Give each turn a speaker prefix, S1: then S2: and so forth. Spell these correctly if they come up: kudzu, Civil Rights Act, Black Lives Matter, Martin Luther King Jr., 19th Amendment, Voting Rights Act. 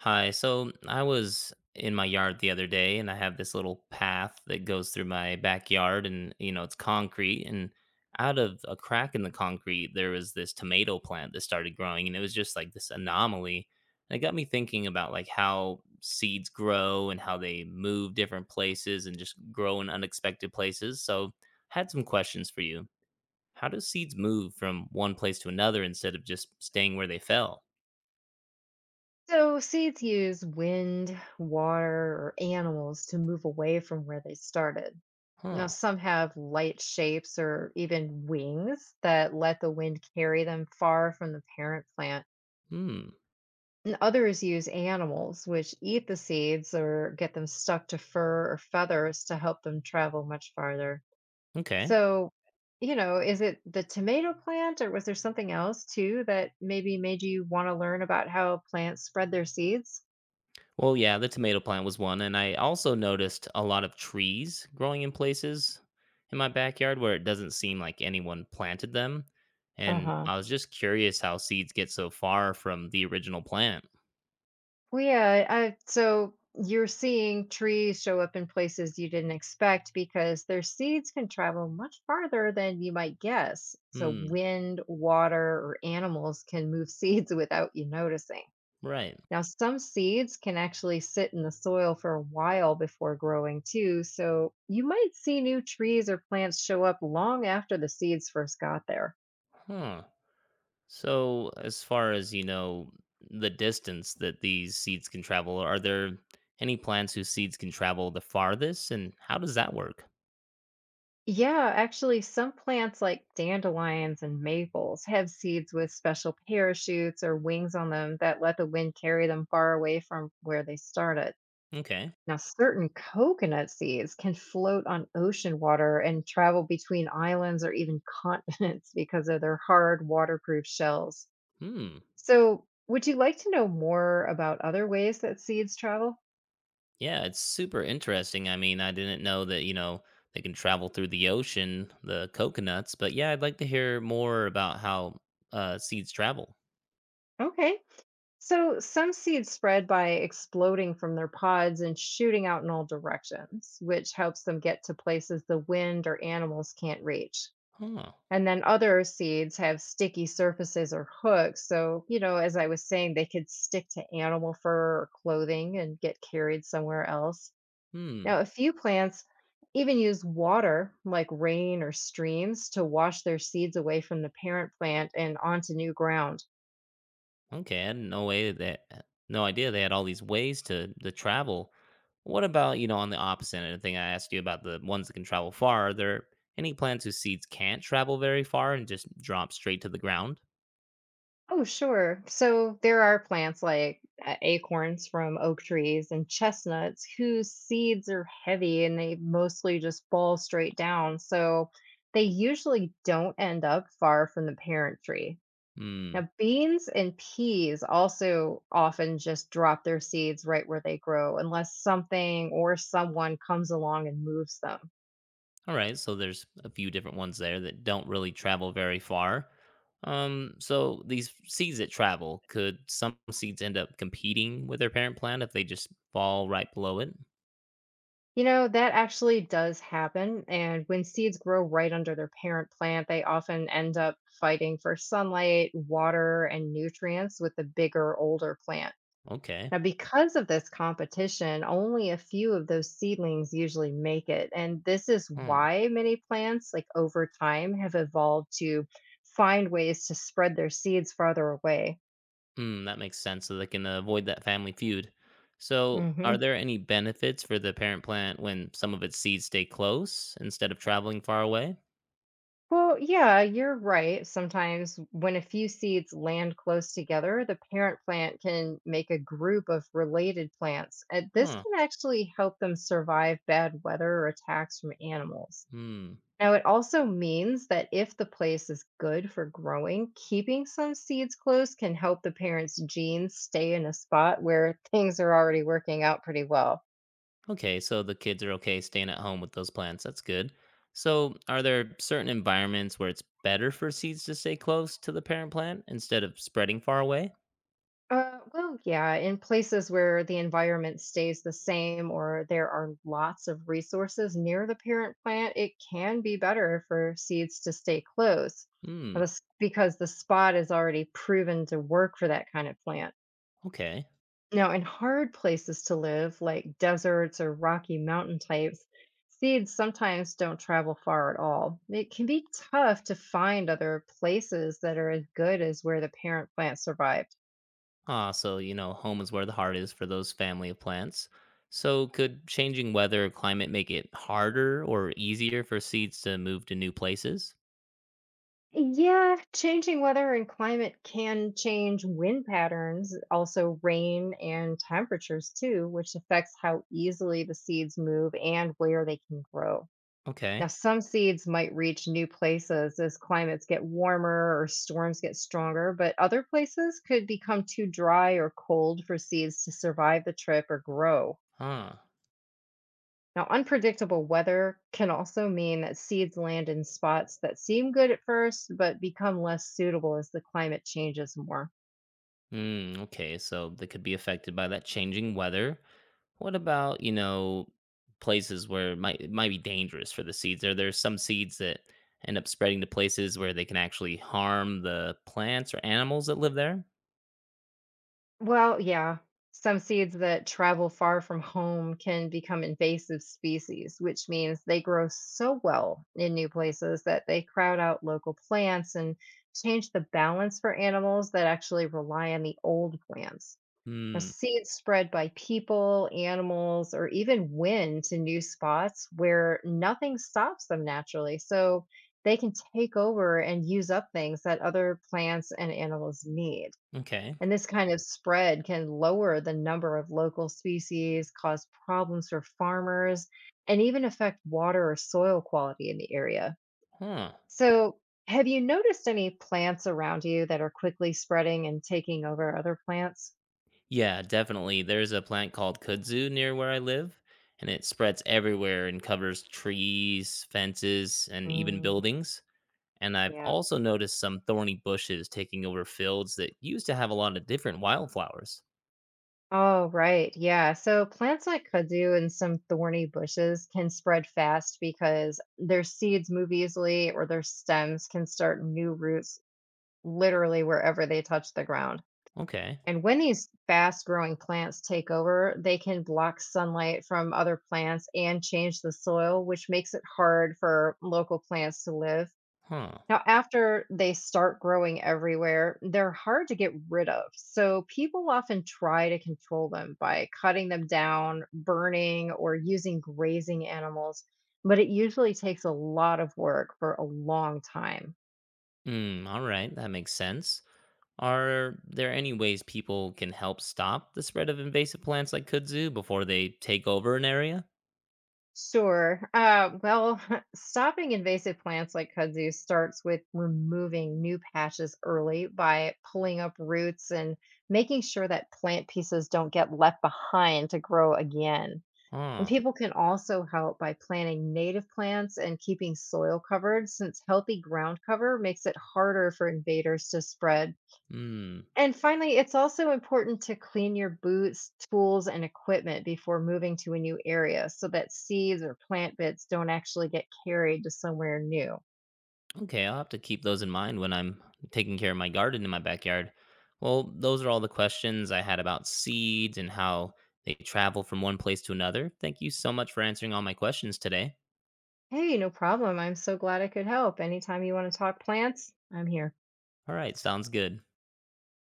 S1: Hi. So I was in my yard the other day and I have this little path that goes through my backyard, and you know it's concrete, and out of a crack in the concrete there was this tomato plant that started growing, and it was just like this anomaly. And it got me thinking about like how seeds grow and how they move different places and just grow in unexpected places. So I had some questions for you. How do seeds move from one place to another instead of just staying where they fell?
S2: So seeds use wind, water, or animals to move away from where they started.
S1: Huh.
S2: Now, some have light shapes or even wings that let the wind carry them far from the parent plant.
S1: Hmm.
S2: And others use animals, which eat the seeds or get them stuck to fur or feathers to help them travel much farther.
S1: Okay.
S2: So, you know, is it the tomato plant or was there something else too that maybe made you want to learn about how plants spread their seeds?
S1: Well, yeah, the tomato plant was one, and I also noticed a lot of trees growing in places in my backyard where it doesn't seem like anyone planted them.
S2: Uh
S1: And
S2: huh.
S1: I was just curious how seeds get so far from the original plant.
S2: Well, yeah. So you're seeing trees show up in places you didn't expect because their seeds can travel much farther than you might guess. So,
S1: Hmm,
S2: wind, water, or animals can move seeds without you noticing.
S1: right.
S2: Now, some seeds can actually sit in the soil for a while before growing too. So, you might see new trees or plants show up long after the seeds first got there.
S1: Huh. So, as far as you know, the distance that these seeds can travel, are there any plants whose seeds can travel the farthest, and how does that work?
S2: Yeah, actually, some plants like dandelions and maples have seeds with special parachutes or wings on them that let the wind carry them far away from where they started.
S1: Okay.
S2: Now, certain coconut seeds can float on ocean water and travel between islands or even continents because of their hard, waterproof shells.
S1: Hmm.
S2: So, would you like to know more about other ways that seeds travel?
S1: Yeah, it's super interesting. I mean, I didn't know that, you know, they can travel through the ocean, the coconuts, but yeah, I'd like to hear more about how seeds travel.
S2: Okay. So, some seeds spread by exploding from their pods and shooting out in all directions, which helps them get to places the wind or animals can't reach.
S1: Huh.
S2: And then other seeds have sticky surfaces or hooks. So, you know, as I was saying, they could stick to animal fur or clothing and get carried somewhere else.
S1: Hmm.
S2: Now, a few plants even use water, like rain or streams, to wash their seeds away from the parent plant and onto new ground.
S1: Okay, I had no way that no idea they had all these ways to travel. What about, you know, on the opposite end of the thing I asked you about the ones that can travel far, are there any plants whose seeds can't travel very far and just drop straight to the ground?
S2: Oh, sure. So there are plants like acorns from oak trees and chestnuts whose seeds are heavy and they mostly just fall straight down. So they usually don't end up far from the parent tree.
S1: Hmm.
S2: Now, beans and peas also often just drop their seeds right where they grow, unless something or someone comes along and moves them.
S1: All right, so there's a few different ones there that don't really travel very far. So these seeds that travel, could some seeds end up competing with their parent plant if they just fall right below it?
S2: You know, that actually does happen. And when seeds grow right under their parent plant, they often end up fighting for sunlight, water, and nutrients with the bigger, older plant.
S1: Okay.
S2: Now, because of this competition, only a few of those seedlings usually make it. And this is
S1: Hmm.
S2: why many plants, like over time, have evolved to find ways to spread their seeds farther away.
S1: Hmm, that makes sense. So they can avoid that family feud. So, are
S2: Hmm.
S1: there any benefits for the parent plant when some of its seeds stay close instead of traveling far away?
S2: Well, yeah, you're right. Sometimes when a few seeds land close together, the parent plant can make a group of related plants. And this
S1: Huh.
S2: can actually help them survive bad weather or attacks from animals.
S1: Hmm.
S2: Now, it also means that if the place is good for growing, keeping some seeds close can help the parent's genes stay in a spot where things are already working out pretty well.
S1: Okay, so the kids are okay staying at home with those plants. That's good. So, are there certain environments where it's better for seeds to stay close to the parent plant instead of spreading far away?
S2: Well, yeah, in places where the environment stays the same or there are lots of resources near the parent plant, it can be better for seeds to stay close but
S1: Hmm,
S2: it's because the spot is already proven to work for that kind of plant.
S1: okay.
S2: Now, in hard places to live, like deserts or rocky mountain types, seeds sometimes don't travel far at all. It can be tough to find other places that are as good as where the parent plant survived.
S1: Ah, so, you know, home is where the heart is for those family of plants. So, could changing weather or climate make it harder or easier for seeds to move to new places?
S2: Yeah, changing weather and climate can change wind patterns, also rain and temperatures too, which affects how easily the seeds move and where they can grow.
S1: Okay.
S2: Now, some seeds might reach new places as climates get warmer or storms get stronger, but other places could become too dry or cold for seeds to survive the trip or grow.
S1: Huh.
S2: Now, unpredictable weather can also mean that seeds land in spots that seem good at first, but become less suitable as the climate changes more.
S1: Mm, okay, so they could be affected by that changing weather. What about, you know, places where it might be dangerous for the seeds? Are there some seeds that end up spreading to places where they can actually harm the plants or animals that live there?
S2: Well, yeah, some seeds that travel far from home can become invasive species, which means they grow so well in new places that they crowd out local plants and change the balance for animals that actually rely on the old plants. Now,
S1: Hmm.
S2: seeds spread by people, animals, or even wind to new spots where nothing stops them naturally. So they can take over and use up things that other plants and animals need.
S1: Okay.
S2: And this kind of spread can lower the number of local species, cause problems for farmers, and even affect water or soil quality in the area.
S1: Huh.
S2: So, have you noticed any plants around you that are quickly spreading and taking over other plants?
S1: Yeah, definitely. There's a plant called kudzu near where I live, and it spreads everywhere and covers trees, fences, and even
S2: Mm,
S1: buildings. And I've
S2: yeah.
S1: also noticed some thorny bushes taking over fields that used to have a lot of different wildflowers.
S2: Oh, right. Yeah. So plants like kudzu and some thorny bushes can spread fast because their seeds move easily or their stems can start new roots literally wherever they touch the ground.
S1: Okay.
S2: And when these fast growing plants take over, they can block sunlight from other plants and change the soil, which makes it hard for local plants to live.
S1: Huh.
S2: Now, after they start growing everywhere, they're hard to get rid of. So, people often try to control them by cutting them down, burning, or using grazing animals. But it usually takes a lot of work for a long time.
S1: Hmm. All right. That makes sense. Are there any ways people can help stop the spread of invasive plants like kudzu before they take over an area?
S2: Sure. Well, stopping invasive plants like kudzu starts with removing new patches early by pulling up roots and making sure that plant pieces don't get left behind to grow again. And
S1: Huh.
S2: people can also help by planting native plants and keeping soil covered, since healthy ground cover makes it harder for invaders to spread.
S1: Hmm.
S2: And finally, it's also important to clean your boots, tools, and equipment before moving to a new area so that seeds or plant bits don't actually get carried to somewhere new.
S1: Okay. I'll have to keep those in mind when I'm taking care of my garden in my backyard. Well, those are all the questions I had about seeds and how they travel from one place to another. Thank you so much for answering all my questions today.
S2: Hey, no problem. I'm so glad I could help. Anytime you want to talk plants, I'm here.
S1: All right, sounds good.